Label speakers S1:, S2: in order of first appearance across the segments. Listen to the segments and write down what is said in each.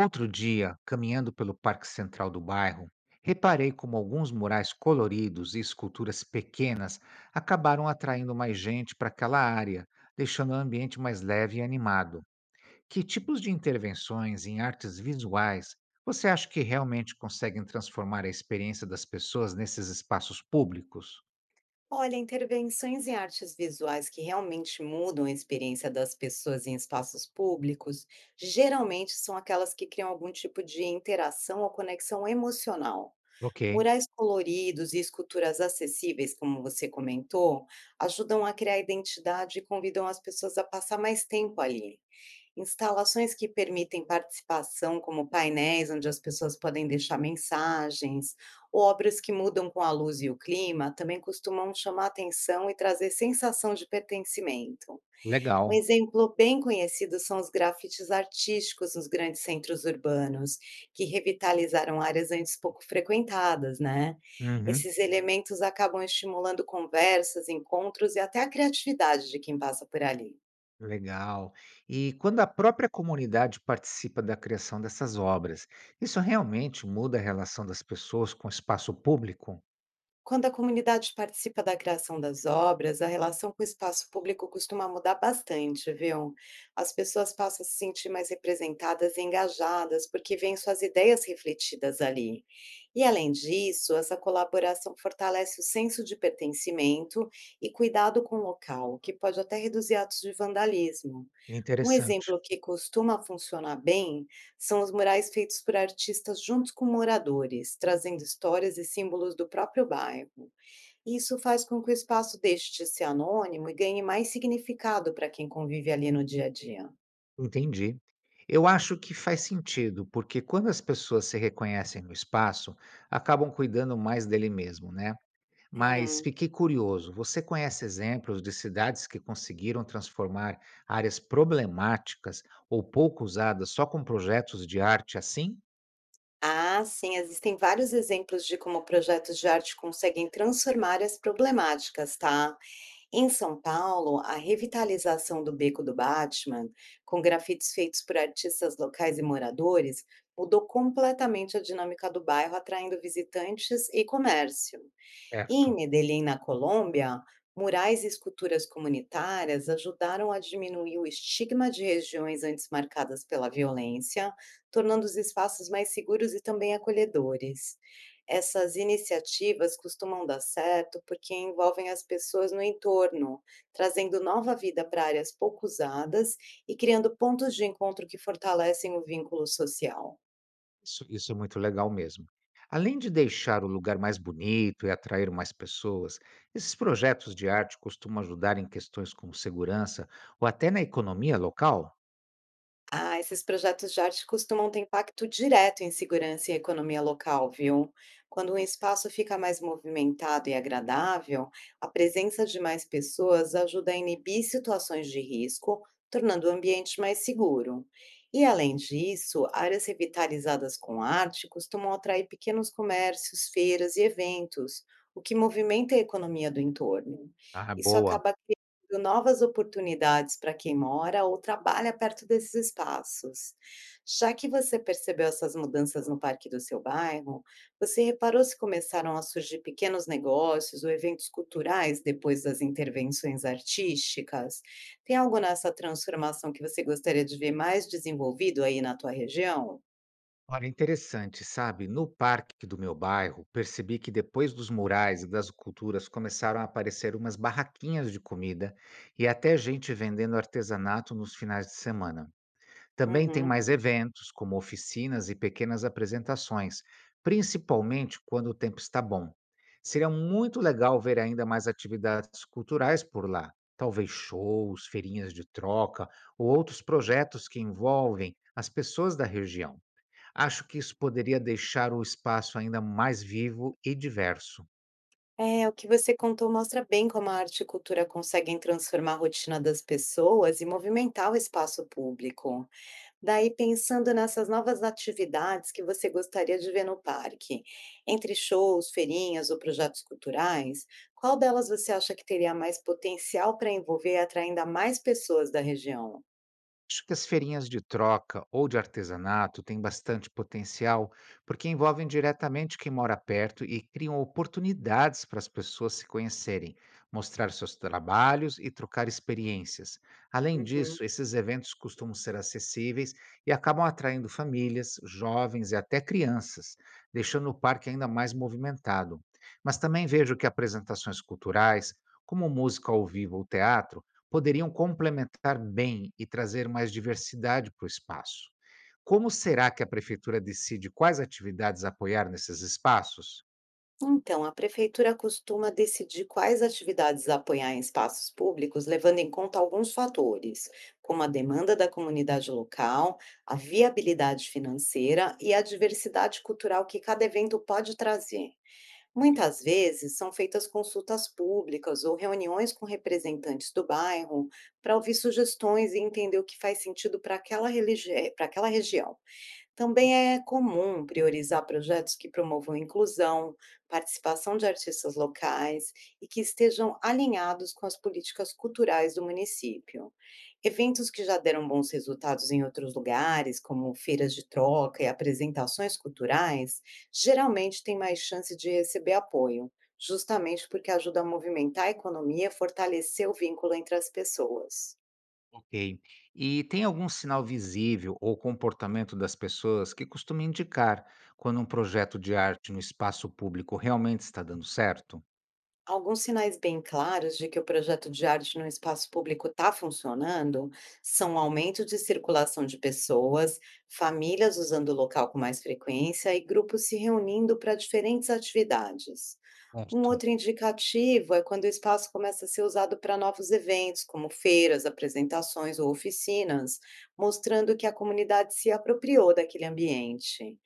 S1: Outro dia, caminhando pelo Parque Central do bairro, reparei como alguns murais coloridos e esculturas pequenas acabaram atraindo mais gente para aquela área, deixando o ambiente mais leve e animado. Que tipos de intervenções em artes visuais você acha que realmente conseguem transformar a experiência das pessoas nesses espaços públicos?
S2: Olha, intervenções em artes visuais que realmente mudam a experiência das pessoas em espaços públicos, geralmente são aquelas que criam algum tipo de interação ou conexão emocional.
S1: Ok.
S2: Murais coloridos e esculturas acessíveis, como você comentou, ajudam a criar identidade e convidam as pessoas a passar mais tempo ali. Instalações que permitem participação, como painéis onde as pessoas podem deixar mensagens, ou obras que mudam com a luz e o clima, também costumam chamar atenção e trazer sensação de pertencimento. Um
S1: Legal.
S2: exemplo bem conhecido são os grafites artísticos nos grandes centros urbanos, que revitalizaram áreas antes pouco frequentadas, né?
S1: Uhum.
S2: Esses elementos acabam estimulando conversas, encontros e até a criatividade de quem passa por ali.
S1: Legal. E quando a própria comunidade participa da criação dessas obras, isso realmente muda a relação das pessoas com o espaço público?
S2: Quando a comunidade participa da criação das obras, a relação com o espaço público costuma mudar bastante, viu? As pessoas passam a se sentir mais representadas e engajadas, porque veem suas ideias refletidas ali. E, além disso, essa colaboração fortalece o senso de pertencimento e cuidado com o local, que pode até reduzir atos de vandalismo. Um
S1: Interessante.
S2: exemplo que costuma funcionar bem são os murais feitos por artistas juntos com moradores, trazendo histórias e símbolos do próprio bairro. Isso faz com que o espaço deixe de ser anônimo e ganhe mais significado para quem convive ali no dia a dia.
S1: Entendi. Eu acho que faz sentido, porque quando as pessoas se reconhecem no espaço, acabam cuidando mais dele mesmo, né? Mas
S2: Uhum.
S1: fiquei curioso, você conhece exemplos de cidades que conseguiram transformar áreas problemáticas ou pouco usadas só com projetos de arte assim?
S2: Ah, sim, existem vários exemplos de como projetos de arte conseguem transformar as problemáticas, tá? Em São Paulo, a revitalização do Beco do Batman, com grafites feitos por artistas locais e moradores, mudou completamente a dinâmica do bairro, atraindo visitantes e comércio. E em
S1: Certo.
S2: Medellín, na Colômbia, murais e esculturas comunitárias ajudaram a diminuir o estigma de regiões antes marcadas pela violência, tornando os espaços mais seguros e também acolhedores. Essas iniciativas costumam dar certo porque envolvem as pessoas no entorno, trazendo nova vida para áreas pouco usadas e criando pontos de encontro que fortalecem o vínculo social.
S1: Isso é muito legal mesmo. Além de deixar o lugar mais bonito e atrair mais pessoas, esses projetos de arte costumam ajudar em questões como segurança ou até na economia local?
S2: Ah, esses projetos de arte costumam ter impacto direto em segurança e economia local, viu? Quando um espaço fica mais movimentado e agradável, a presença de mais pessoas ajuda a inibir situações de risco, tornando o ambiente mais seguro. E além disso, áreas revitalizadas com arte costumam atrair pequenos comércios, feiras e eventos, o que movimenta a economia do entorno.
S1: Ah,
S2: Isso
S1: boa.
S2: acaba abrindo novas oportunidades para quem mora ou trabalha perto desses espaços. Já que você percebeu essas mudanças no parque do seu bairro, você reparou se começaram a surgir pequenos negócios ou eventos culturais depois das intervenções artísticas? Tem algo nessa transformação que você gostaria de ver mais desenvolvido aí na tua região?
S1: Olha, interessante, sabe? No parque do meu bairro, percebi que depois dos murais e das culturas começaram a aparecer umas barraquinhas de comida e até gente vendendo artesanato nos finais de semana. Também tem
S2: Uhum.
S1: mais eventos, como oficinas e pequenas apresentações, principalmente quando o tempo está bom. Seria muito legal ver ainda mais atividades culturais por lá, talvez shows, feirinhas de troca ou outros projetos que envolvem as pessoas da região. Acho que isso poderia deixar o espaço ainda mais vivo e diverso.
S2: É, o que você contou mostra bem como a arte e cultura conseguem transformar a rotina das pessoas e movimentar o espaço público. Daí, pensando nessas novas atividades que você gostaria de ver no parque, entre shows, feirinhas ou projetos culturais, qual delas você acha que teria mais potencial para envolver e atrair ainda mais pessoas da região?
S1: Acho que as feirinhas de troca ou de artesanato têm bastante potencial, porque envolvem diretamente quem mora perto e criam oportunidades para as pessoas se conhecerem, mostrar seus trabalhos e trocar experiências. Além
S2: Uhum.
S1: disso, esses eventos costumam ser acessíveis e acabam atraindo famílias, jovens e até crianças, deixando o parque ainda mais movimentado. Mas também vejo que apresentações culturais, como música ao vivo ou teatro, poderiam complementar bem e trazer mais diversidade para o espaço. Como será que a prefeitura decide quais atividades apoiar nesses espaços?
S2: Então, a prefeitura costuma decidir quais atividades apoiar em espaços públicos, levando em conta alguns fatores, como a demanda da comunidade local, a viabilidade financeira e a diversidade cultural que cada evento pode trazer. Muitas vezes são feitas consultas públicas ou reuniões com representantes do bairro para ouvir sugestões e entender o que faz sentido para aquela, para aquela região. Também é comum priorizar projetos que promovam inclusão, participação de artistas locais e que estejam alinhados com as políticas culturais do município. Eventos que já deram bons resultados em outros lugares, como feiras de troca e apresentações culturais, geralmente têm mais chance de receber apoio, justamente porque ajuda a movimentar a economia e fortalecer o vínculo entre as pessoas.
S1: Ok. E tem algum sinal visível ou comportamento das pessoas que costuma indicar quando um projeto de arte no espaço público realmente está dando certo?
S2: Alguns sinais bem claros de que o projeto de arte no espaço público está funcionando são aumento de circulação de pessoas, famílias usando o local com mais frequência e grupos se reunindo para diferentes atividades. Um
S1: Certo.
S2: outro indicativo é quando o espaço começa a ser usado para novos eventos, como feiras, apresentações ou oficinas, mostrando que a comunidade se apropriou daquele ambiente.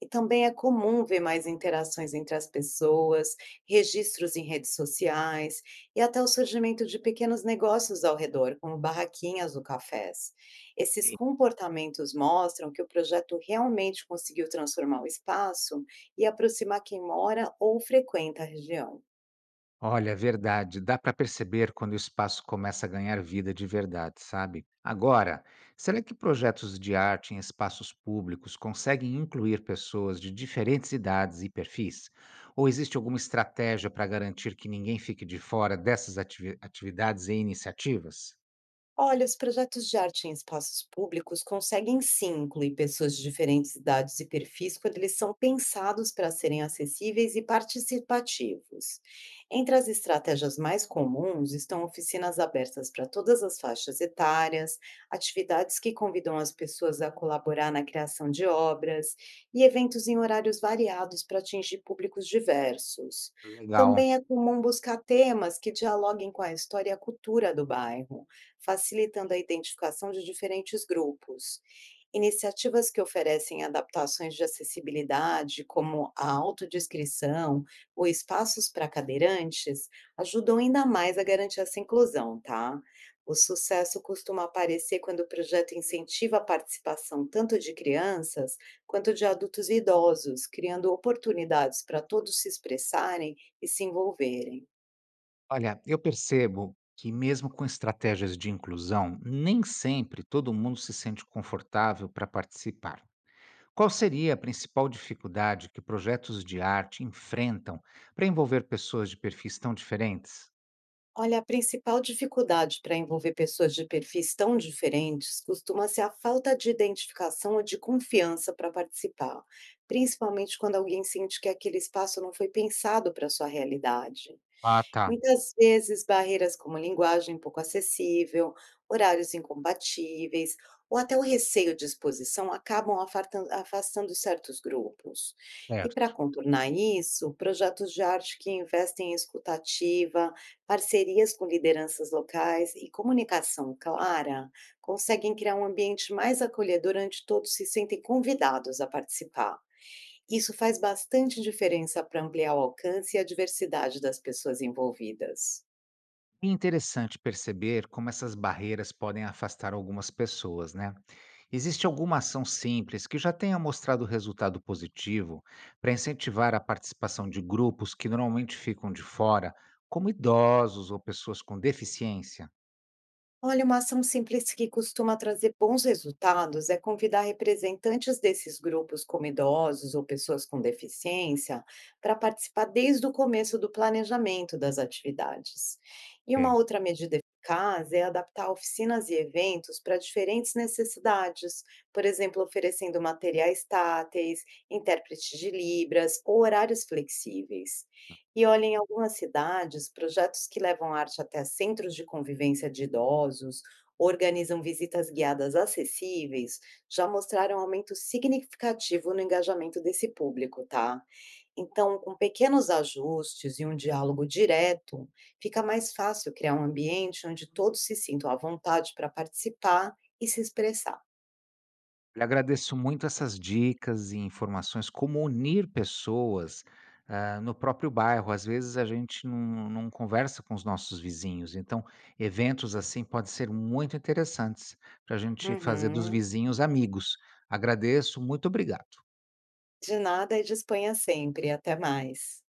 S2: E também é comum ver mais interações entre as pessoas, registros em redes sociais e até o surgimento de pequenos negócios ao redor, como barraquinhas ou cafés. Esses comportamentos mostram que o projeto realmente conseguiu transformar o espaço e aproximar quem mora ou frequenta a região.
S1: Olha, é verdade, dá para perceber quando o espaço começa a ganhar vida de verdade, sabe? Agora, será que projetos de arte em espaços públicos conseguem incluir pessoas de diferentes idades e perfis? Ou existe alguma estratégia para garantir que ninguém fique de fora dessas atividades e iniciativas?
S2: Olha, os projetos de arte em espaços públicos conseguem sim incluir pessoas de diferentes idades e perfis quando eles são pensados para serem acessíveis e participativos. Entre as estratégias mais comuns estão oficinas abertas para todas as faixas etárias, atividades que convidam as pessoas a colaborar na criação de obras e eventos em horários variados para atingir públicos diversos.
S1: Legal.
S2: Também é comum buscar temas que dialoguem com a história e a cultura do bairro facilitando a identificação de diferentes grupos. Iniciativas que oferecem adaptações de acessibilidade, como a autodescrição ou espaços para cadeirantes, ajudam ainda mais a garantir essa inclusão, tá? O sucesso costuma aparecer quando o projeto incentiva a participação tanto de crianças quanto de adultos e idosos, criando oportunidades para todos se expressarem e se envolverem.
S1: Olha, eu percebo que mesmo com estratégias de inclusão, nem sempre todo mundo se sente confortável para participar. Qual seria a principal dificuldade que projetos de arte enfrentam para envolver pessoas de perfis tão diferentes?
S2: Olha, a principal dificuldade para envolver pessoas de perfis tão diferentes costuma ser a falta de identificação ou de confiança para participar, principalmente quando alguém sente que aquele espaço não foi pensado para sua realidade.
S1: Ah, tá,
S2: Muitas vezes, barreiras como linguagem pouco acessível, horários incompatíveis ou até o receio de exposição acabam afastando certos grupos. E
S1: certo.
S2: para contornar isso, projetos de arte que investem em escutativa, parcerias com lideranças locais e comunicação clara conseguem criar um ambiente mais acolhedor onde todos se sentem convidados a participar. Isso faz bastante diferença para ampliar o alcance e a diversidade das pessoas envolvidas.
S1: É interessante perceber como essas barreiras podem afastar algumas pessoas, né? Existe alguma ação simples que já tenha mostrado resultado positivo para incentivar a participação de grupos que normalmente ficam de fora, como idosos ou pessoas com deficiência?
S2: Olha, uma ação simples que costuma trazer bons resultados é convidar representantes desses grupos, como idosos ou pessoas com deficiência, para participar desde o começo do planejamento das atividades. E uma outra medida eficaz é adaptar oficinas e eventos para diferentes necessidades, por exemplo, oferecendo materiais táteis, intérpretes de libras ou horários flexíveis. E olha, em algumas cidades, projetos que levam arte até centros de convivência de idosos, organizam visitas guiadas acessíveis, já mostraram aumento significativo no engajamento desse público, tá? Então, com pequenos ajustes e um diálogo direto, fica mais fácil criar um ambiente onde todos se sintam à vontade para participar e se expressar.
S1: Olha, agradeço muito essas dicas e informações, como unir pessoas, no próprio bairro. Às vezes a gente não conversa com os nossos vizinhos, então eventos assim podem ser muito interessantes para a gente fazer dos
S2: Uhum.
S1: vizinhos amigos. Agradeço, muito obrigado.
S2: De nada e disponha sempre. Até mais.